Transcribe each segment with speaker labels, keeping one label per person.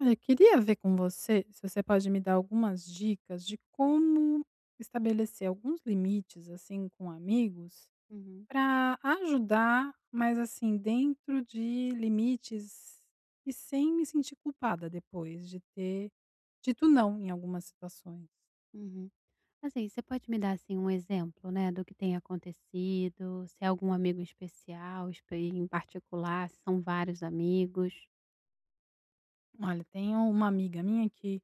Speaker 1: Olha, eu queria ver com você se você pode me dar algumas dicas de como estabelecer alguns limites, assim, com amigos,
Speaker 2: Uhum,
Speaker 1: para ajudar, mas assim, dentro de limites e sem me sentir culpada depois de ter dito não em algumas situações.
Speaker 2: uhum. Assim, você pode me dar, assim, um exemplo, né, do que tem acontecido? Se é algum amigo especial, espe em particular, se são vários amigos?
Speaker 1: Olha, tenho uma amiga minha que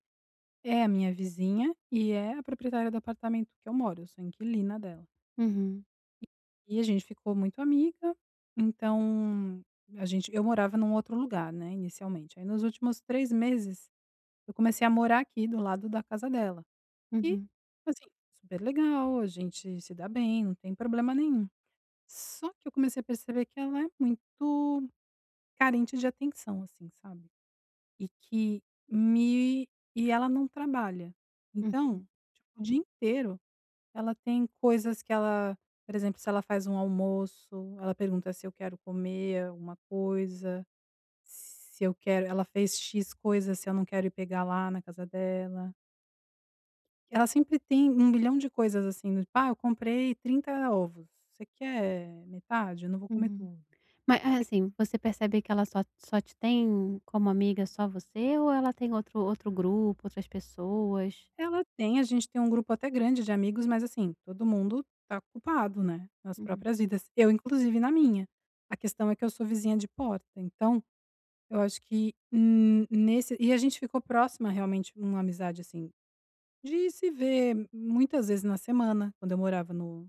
Speaker 1: é a minha vizinha e é a proprietária do apartamento que eu moro, eu sou inquilina dela.
Speaker 2: Uhum,
Speaker 1: E a gente ficou muito amiga, então a gente eu morava num outro lugar, né, inicialmente. Aí nos últimos 3 meses, eu comecei a morar aqui do lado da casa dela. E,
Speaker 2: uhum,
Speaker 1: assim, super legal, a gente se dá bem, não tem problema nenhum. Só que eu comecei a perceber que ela é muito carente de atenção, assim, sabe. E que me e ela não trabalha.
Speaker 2: hum,
Speaker 1: Então, tipo, o dia inteiro ela tem coisas que ela por exemplo, se ela faz um almoço, ela pergunta se eu quero comer alguma coisa, se eu quero ela fez "x" coisas, se eu não quero ir pegar lá na casa dela. Ela sempre tem um bilhão de coisas, assim, do tipo: "Ah, eu comprei 30 ovos, você quer metade? Eu não vou comer
Speaker 2: uhum.
Speaker 1: tudo".
Speaker 2: Mas, ah,
Speaker 1: Você
Speaker 2: assim, você percebe que ela só te tem como amiga só você ou ela tem outro grupo, outras pessoas?
Speaker 1: ela tem a gente tem um grupo até grande de amigos, mas, assim, todo mundo tá culpado, né, nas
Speaker 2: Uhum,
Speaker 1: próprias vidas, eu inclusive na minha. A questão é que eu sou vizinha de porta, então eu acho que, nesse e a gente ficou próxima realmente, uma amizade, assim, de se ver muitas vezes na semana, quando eu morava no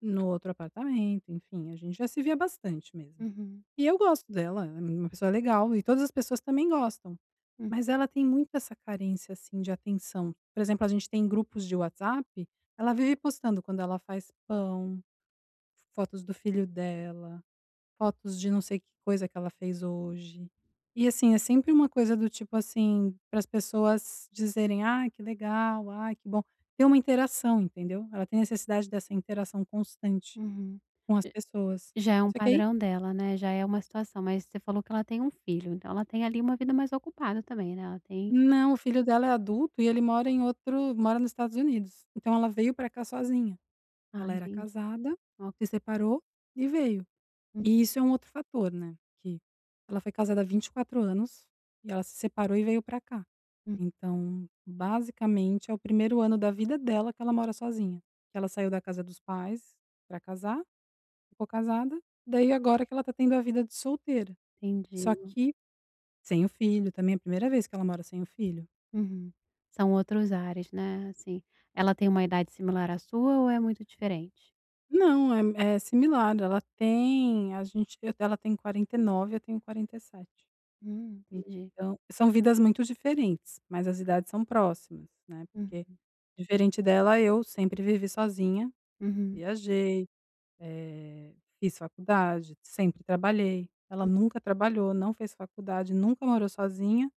Speaker 1: no outro apartamento, enfim, a gente já se via bastante mesmo.
Speaker 2: uhum.
Speaker 1: E eu gosto dela, ela é uma pessoa legal e todas as pessoas também gostam,
Speaker 2: Hum,
Speaker 1: mas ela tem muito essa carência, assim, de atenção. Por exemplo, a gente tem grupos de WhatsApp, ela vive postando quando ela faz pão, fotos do filho dela, fotos de não sei que coisa que ela fez hoje. E assim, é sempre uma coisa do tipo assim, para as pessoas dizerem: "ah, que legal, ah, que bom". Tem uma interação, entendeu? Ela tem necessidade dessa interação constante
Speaker 2: uhum.
Speaker 1: com as
Speaker 2: J
Speaker 1: pessoas.
Speaker 2: Já é um
Speaker 1: Só que aí
Speaker 2: padrão dela, né, já é uma situação, mas você falou que ela tem um filho, então ela tem ali uma vida mais ocupada também, né, ela tem.
Speaker 1: não, o filho dela é adulto e ele mora em outro mora nos Estados Unidos. Então ela veio para cá sozinha.
Speaker 2: Ah,
Speaker 1: Ela era
Speaker 2: entendi.
Speaker 1: casada,
Speaker 2: Ó,
Speaker 1: se separou e veio.
Speaker 2: hum,
Speaker 1: E isso é um outro fator, né, que ela foi casada há 24 anos e ela se separou e veio pra cá.
Speaker 2: hum,
Speaker 1: Então, basicamente, é o primeiro ano da vida dela que ela mora sozinha, que ela saiu da casa dos pais pra casar, ficou casada, daí agora que ela tá tendo a vida de solteira,
Speaker 2: entendi.
Speaker 1: só que sem o filho, também é a primeira vez que ela mora sem o filho.
Speaker 2: Uhum. São outros ares, né, assim. Ela tem uma idade similar à sua ou é muito diferente?
Speaker 1: Não, é similar, ela tem 49, eu tenho 47.
Speaker 2: Entendi.
Speaker 1: Então são vidas muito diferentes, mas as idades são próximas, né,
Speaker 2: Hum,
Speaker 1: porque diferente dela eu sempre vivi sozinha,
Speaker 2: uhum.
Speaker 1: viajei, fiz faculdade, sempre trabalhei. Ela nunca trabalhou, não fez faculdade, nunca morou sozinha.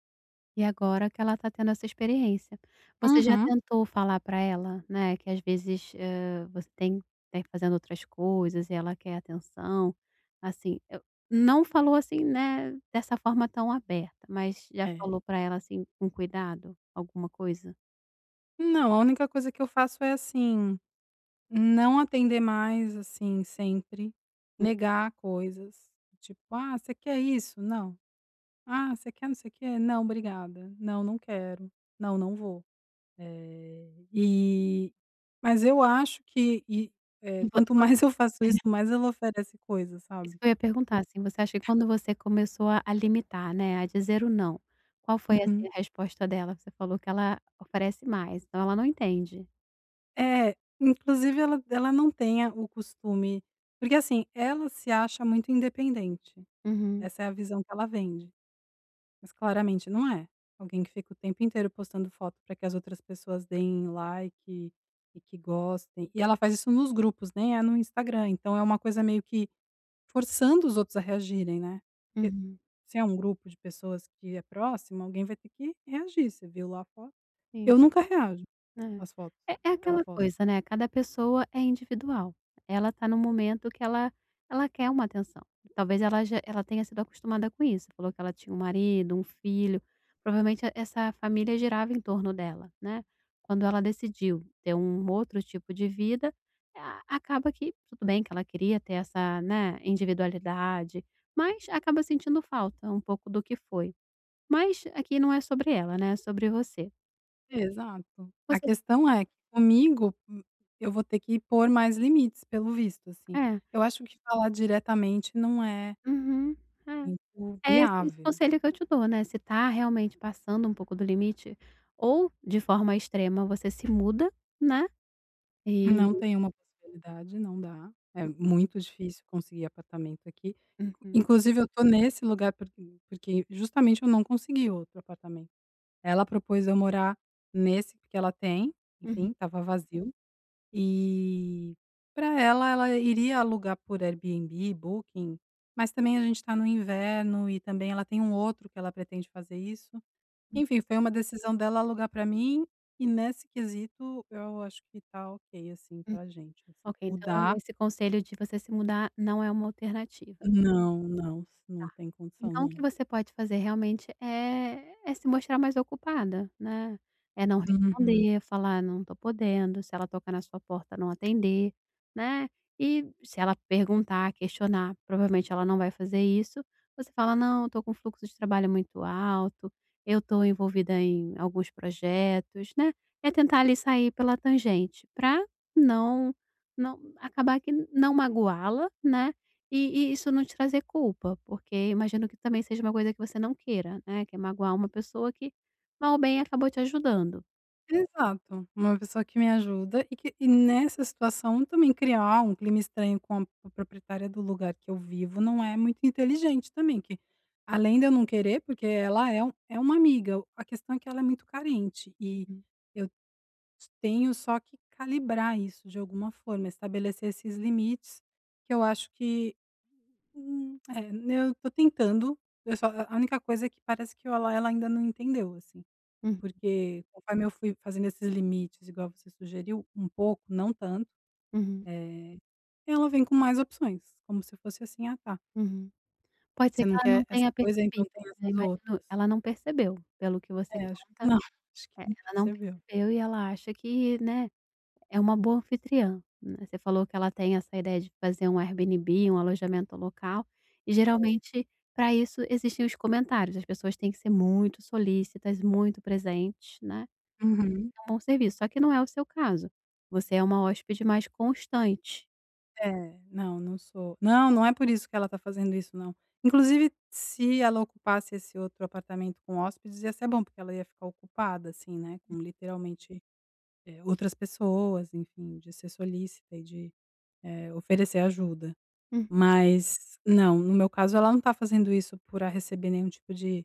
Speaker 2: E agora que ela tá tendo essa experiência. Você já
Speaker 1: Uhum.
Speaker 2: tentou falar pra ela, né, que às vezes, você tem fazendo outras coisas e ela quer atenção, assim, eu não falou assim, né, dessa forma tão aberta, mas já
Speaker 1: É.
Speaker 2: falou pra ela, assim, com cuidado, alguma coisa?
Speaker 1: Não, a única coisa que eu faço é, assim, não atender mais, assim, sempre,
Speaker 2: Hum.
Speaker 1: negar coisas, tipo: "Ah, você quer isso? Não. Ah, você quer não sei o quê? Não, obrigada. Não, não quero. Não, não vou". Eh, e mas eu acho que e,
Speaker 2: E
Speaker 1: eh,
Speaker 2: vo e
Speaker 1: quanto
Speaker 2: você,
Speaker 1: mais eu faço isso, mais ela oferece coisas,
Speaker 2: isso
Speaker 1: sabe.
Speaker 2: que eu ia perguntar, assim, você acha que quando você começou a limitar, né, a dizer o "não", qual foi, assim,
Speaker 1: Uhum.
Speaker 2: a resposta dela? Você falou que ela oferece mais, então ela não entende.
Speaker 1: É, inclusive ela não tenha o costume porque, assim, ela se acha muito independente,
Speaker 2: Uhum,
Speaker 1: essa é a visão que ela vende, mas claramente não é. Alguém que fica o tempo inteiro postando foto para que as outras pessoas deem like e que gostem, e ela faz isso nos grupos, nem é no Instagram, então é uma coisa meio que forçando os outros a reagirem, né.
Speaker 2: uhum.
Speaker 1: Se é um grupo de pessoas que é próximo, alguém vai ter que reagir: "Você viu lá a foto?".
Speaker 2: Sim.
Speaker 1: Eu nunca reajo às fotos
Speaker 2: É. É é
Speaker 1: que ela
Speaker 2: aquela
Speaker 1: posta.
Speaker 2: coisa, né, cada pessoa é individual. Ela está no momento que ela quer uma atenção. Talvez ela tenha sido acostumada com isso, falou que ela tinha um marido, um filho, provavelmente e essa família girava em torno dela, né. Quando ela decidiu ter um outro tipo de vida, a acaba que tudo bem que ela queria ter essa, né, individualidade, mas acaba sentindo falta um pouco do que foi. Mas aqui não é sobre ela, né, é sobre você.
Speaker 1: Exato. A
Speaker 2: Você
Speaker 1: questão é que comigo, eu vou ter que pôr mais limites, pelo visto, assim.
Speaker 2: é.
Speaker 1: Eu acho que falar diretamente não é
Speaker 2: Uhum. É.
Speaker 1: muito
Speaker 2: É esse
Speaker 1: viável.
Speaker 2: conselho que eu te dou, né, se tá realmente passando um pouco do limite, ou de forma extrema você se muda, né, e
Speaker 1: Não tem uma possibilidade, não dá. É muito difícil conseguir apartamento aqui.
Speaker 2: uhum,
Speaker 1: Inclusive eu tô nesse lugar porque justamente eu não consegui outro apartamento. Ela propôs eu morar nesse que ela tem,
Speaker 2: uhum,
Speaker 1: enfim, estava vazio, e para ela, ela iria alugar por Airbnb, Booking, mas também a gente está no inverno e também ela tem um outro que ela pretende fazer isso. Enfim, foi uma decisão dela alugar para mim e nesse quesito eu acho que tá ok, assim,
Speaker 2: uhum.
Speaker 1: pra gente, assim.
Speaker 2: Ok, então
Speaker 1: Mudar,
Speaker 2: esse conselho de você se mudar não é uma alternativa.
Speaker 1: não, não, não tem condição
Speaker 2: Então o que
Speaker 1: não.
Speaker 2: você pode fazer realmente é se mostrar mais ocupada, né, é não
Speaker 1: Uhum.
Speaker 2: responder, falar: "Não estou podendo", se ela tocar na sua porta, não atender, né, e se ela perguntar, questionar, provavelmente ela não vai fazer isso, você fala: "Não, estou com um fluxo de trabalho muito alto, eu estou envolvida em alguns projetos", né, é tentar ali sair pela tangente, pra não não acabar que não magoá-la, né, e e isso não te trazer culpa, porque imagino que também seja uma coisa que você não queira, né, que é magoar uma pessoa que, mal ou bem, acabou te ajudando.
Speaker 1: Exato, uma pessoa que me ajuda e nessa situação também criar um clima estranho com a proprietária do lugar que eu vivo não é muito inteligente também, que além de eu não querer, porque ela é um é uma amiga, a questão é que ela é muito carente e
Speaker 2: Uhum,
Speaker 1: eu tenho só que calibrar isso de alguma forma, estabelecer esses limites que eu acho que, eu tô tentando, eu só a única coisa é que parece que ela ainda não entendeu, assim.
Speaker 2: uhum,
Speaker 1: Porque conforme eu fui fazendo esses limites, igual você sugeriu, um pouco, não tanto,
Speaker 2: uhum,
Speaker 1: eh, ela vem com mais opções, como se fosse assim: "Ah, tá,
Speaker 2: uhum. Pode
Speaker 1: você
Speaker 2: ser que
Speaker 1: não
Speaker 2: ela não
Speaker 1: quer essa
Speaker 2: tenha
Speaker 1: coisa, então
Speaker 2: percebido,
Speaker 1: tem
Speaker 2: né,
Speaker 1: essas
Speaker 2: imagino
Speaker 1: outras".
Speaker 2: ela não percebeu, pelo que você
Speaker 1: É, acho que não, acho que não
Speaker 2: ela não
Speaker 1: percebeu.
Speaker 2: percebeu e ela acha que, né, é uma boa anfitriã, né. Você falou que ela tem essa ideia de fazer um Airbnb, um alojamento local, e geralmente para isso existem os comentários, as pessoas têm que ser muito solícitas, muito presentes, né,
Speaker 1: Uhum.
Speaker 2: um bom serviço, só que não é o seu caso. Você é uma hóspede mais constante.
Speaker 1: É, não, não sou não, não é por isso que ela tá fazendo isso não. Inclusive, se ela ocupasse esse outro apartamento com hóspedes, ia ser bom, porque ela ia ficar ocupada, assim, né, com literalmente, outras pessoas, enfim, de ser solícita e de, oferecer ajuda.
Speaker 2: Uhum.
Speaker 1: Mas não, no meu caso ela não tá fazendo isso pra receber nenhum tipo de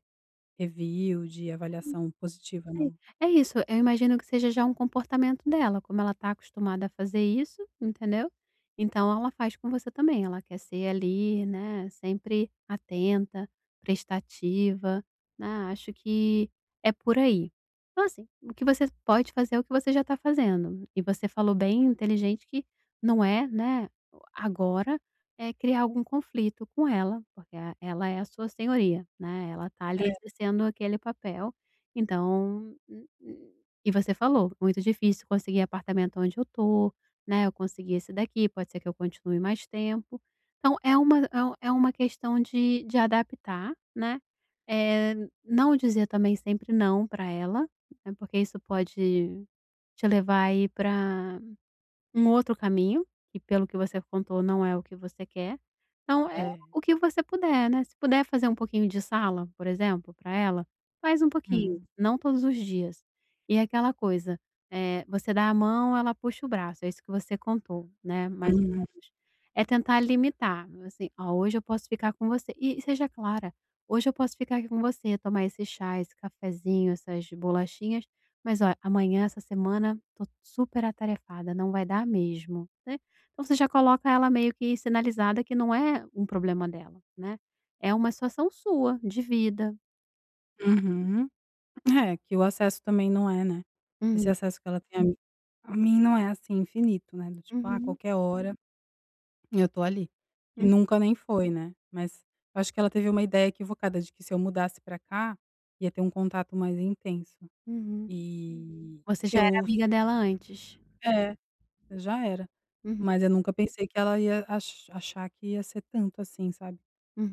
Speaker 1: review, de avaliação positiva não.
Speaker 2: É, é isso, eu imagino que seja já um comportamento dela, como ela tá acostumada a fazer isso, entendeu? Então ela faz com você também, ela quer ser ali, né, sempre atenta, prestativa, né, acho que é por aí. Então assim, o que você pode fazer é o que você já tá fazendo, e você falou bem inteligente que não é, né, agora, criar algum conflito com ela, porque ela é a sua senhoria, né, ela tá ali
Speaker 1: É,
Speaker 2: exercendo aquele papel então, e você falou, muito difícil conseguir apartamento onde eu tô, né, eu consegui esse daqui, pode ser que eu continue mais tempo. Então é uma é um é uma questão de adaptar, né, eh, não dizer também sempre não para ela, né, porque isso pode te levar aí para um outro caminho, que pelo que você contou não é o que você quer, então é
Speaker 1: é.
Speaker 2: o que você puder, né, se puder fazer um pouquinho de sala, por exemplo, para ela, faz um pouquinho,
Speaker 1: Hum.
Speaker 2: não todos os dias. E é aquela coisa, você dá a mão, ela puxa o braço, é isso que você contou, né, mais ou
Speaker 1: Uhum,
Speaker 2: menos. É tentar limitar, assim: "Ó, hoje eu posso ficar com você" e seja clara: "Hoje eu posso ficar aqui com você, tomar esse chá, esse cafezinho, essas bolachinhas, mas olha, amanhã, essa semana, tô super atarefada, não vai dar mesmo, né. Então você já coloca ela meio que sinalizada que não é um problema dela, né. É uma situação sua, de vida.
Speaker 1: uhum. É, que o acesso também não é, né, esse
Speaker 2: Uhum,
Speaker 1: acesso que ela tem a mim não é, assim, infinito, né, do tipo: "Ah,
Speaker 2: uhum,
Speaker 1: qualquer hora eu tô ali", que
Speaker 2: hum,
Speaker 1: nunca nem foi, né, mas eu acho que ela teve uma ideia equivocada de que se eu mudasse pra cá, ia ter um contato mais intenso,
Speaker 2: uhum.
Speaker 1: e
Speaker 2: Você já era
Speaker 1: eu s
Speaker 2: amiga dela antes.
Speaker 1: é. Já era.
Speaker 2: Uhum,
Speaker 1: Mas eu nunca pensei que ela ia achar que ia ser tanto assim, sabe.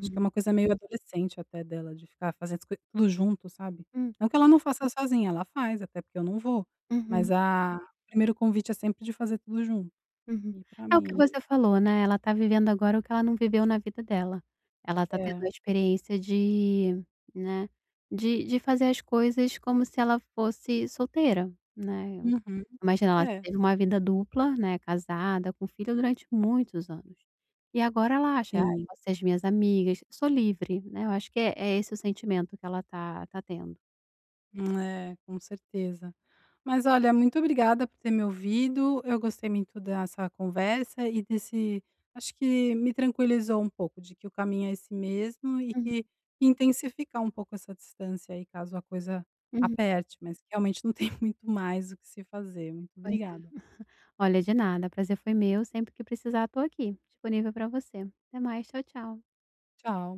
Speaker 1: Acho que é uma coisa meio adolescente até dela, de ficar fazendo as coi tudo junto, sabe.
Speaker 2: hum,
Speaker 1: Não que ela não faça sozinha, ela faz, até porque eu não vou, mas
Speaker 2: uhum.
Speaker 1: a o primeiro convite é sempre de fazer tudo junto.
Speaker 2: Uhum.
Speaker 1: E pra
Speaker 2: É o que
Speaker 1: mim
Speaker 2: você falou, né, ela tá vivendo agora o que ela não viveu na vida dela. Ela tá tendo
Speaker 1: é.
Speaker 2: a experiência de né, de fazer as coisas como se ela fosse solteira, né.
Speaker 1: Uhum.
Speaker 2: Imagina, ela
Speaker 1: É,
Speaker 2: teve uma vida dupla, né, casada, com filho durante muitos anos. E agora ela acha: "Ai,
Speaker 1: sim.
Speaker 2: posso ser as minhas amigas, sou livre", né, eu acho que é esse o sentimento que ela tá tendo.
Speaker 1: É, com certeza. Mas olha, muito obrigada por ter me ouvido. Eu gostei muito dessa conversa. E desse acho que me tranquilizou um pouco de que o caminho é esse mesmo e
Speaker 2: Uhum,
Speaker 1: que intensificar um pouco essa distância aí, caso a coisa
Speaker 2: uhum.
Speaker 1: aperte, mas que realmente não tem muito mais o que se fazer. Muito
Speaker 2: Pois é.
Speaker 1: obrigada.
Speaker 2: Olha, de nada, prazer foi meu, sempre que precisar tô aqui, disponível para você. Até mais, tchau, tchau.
Speaker 1: Tchau.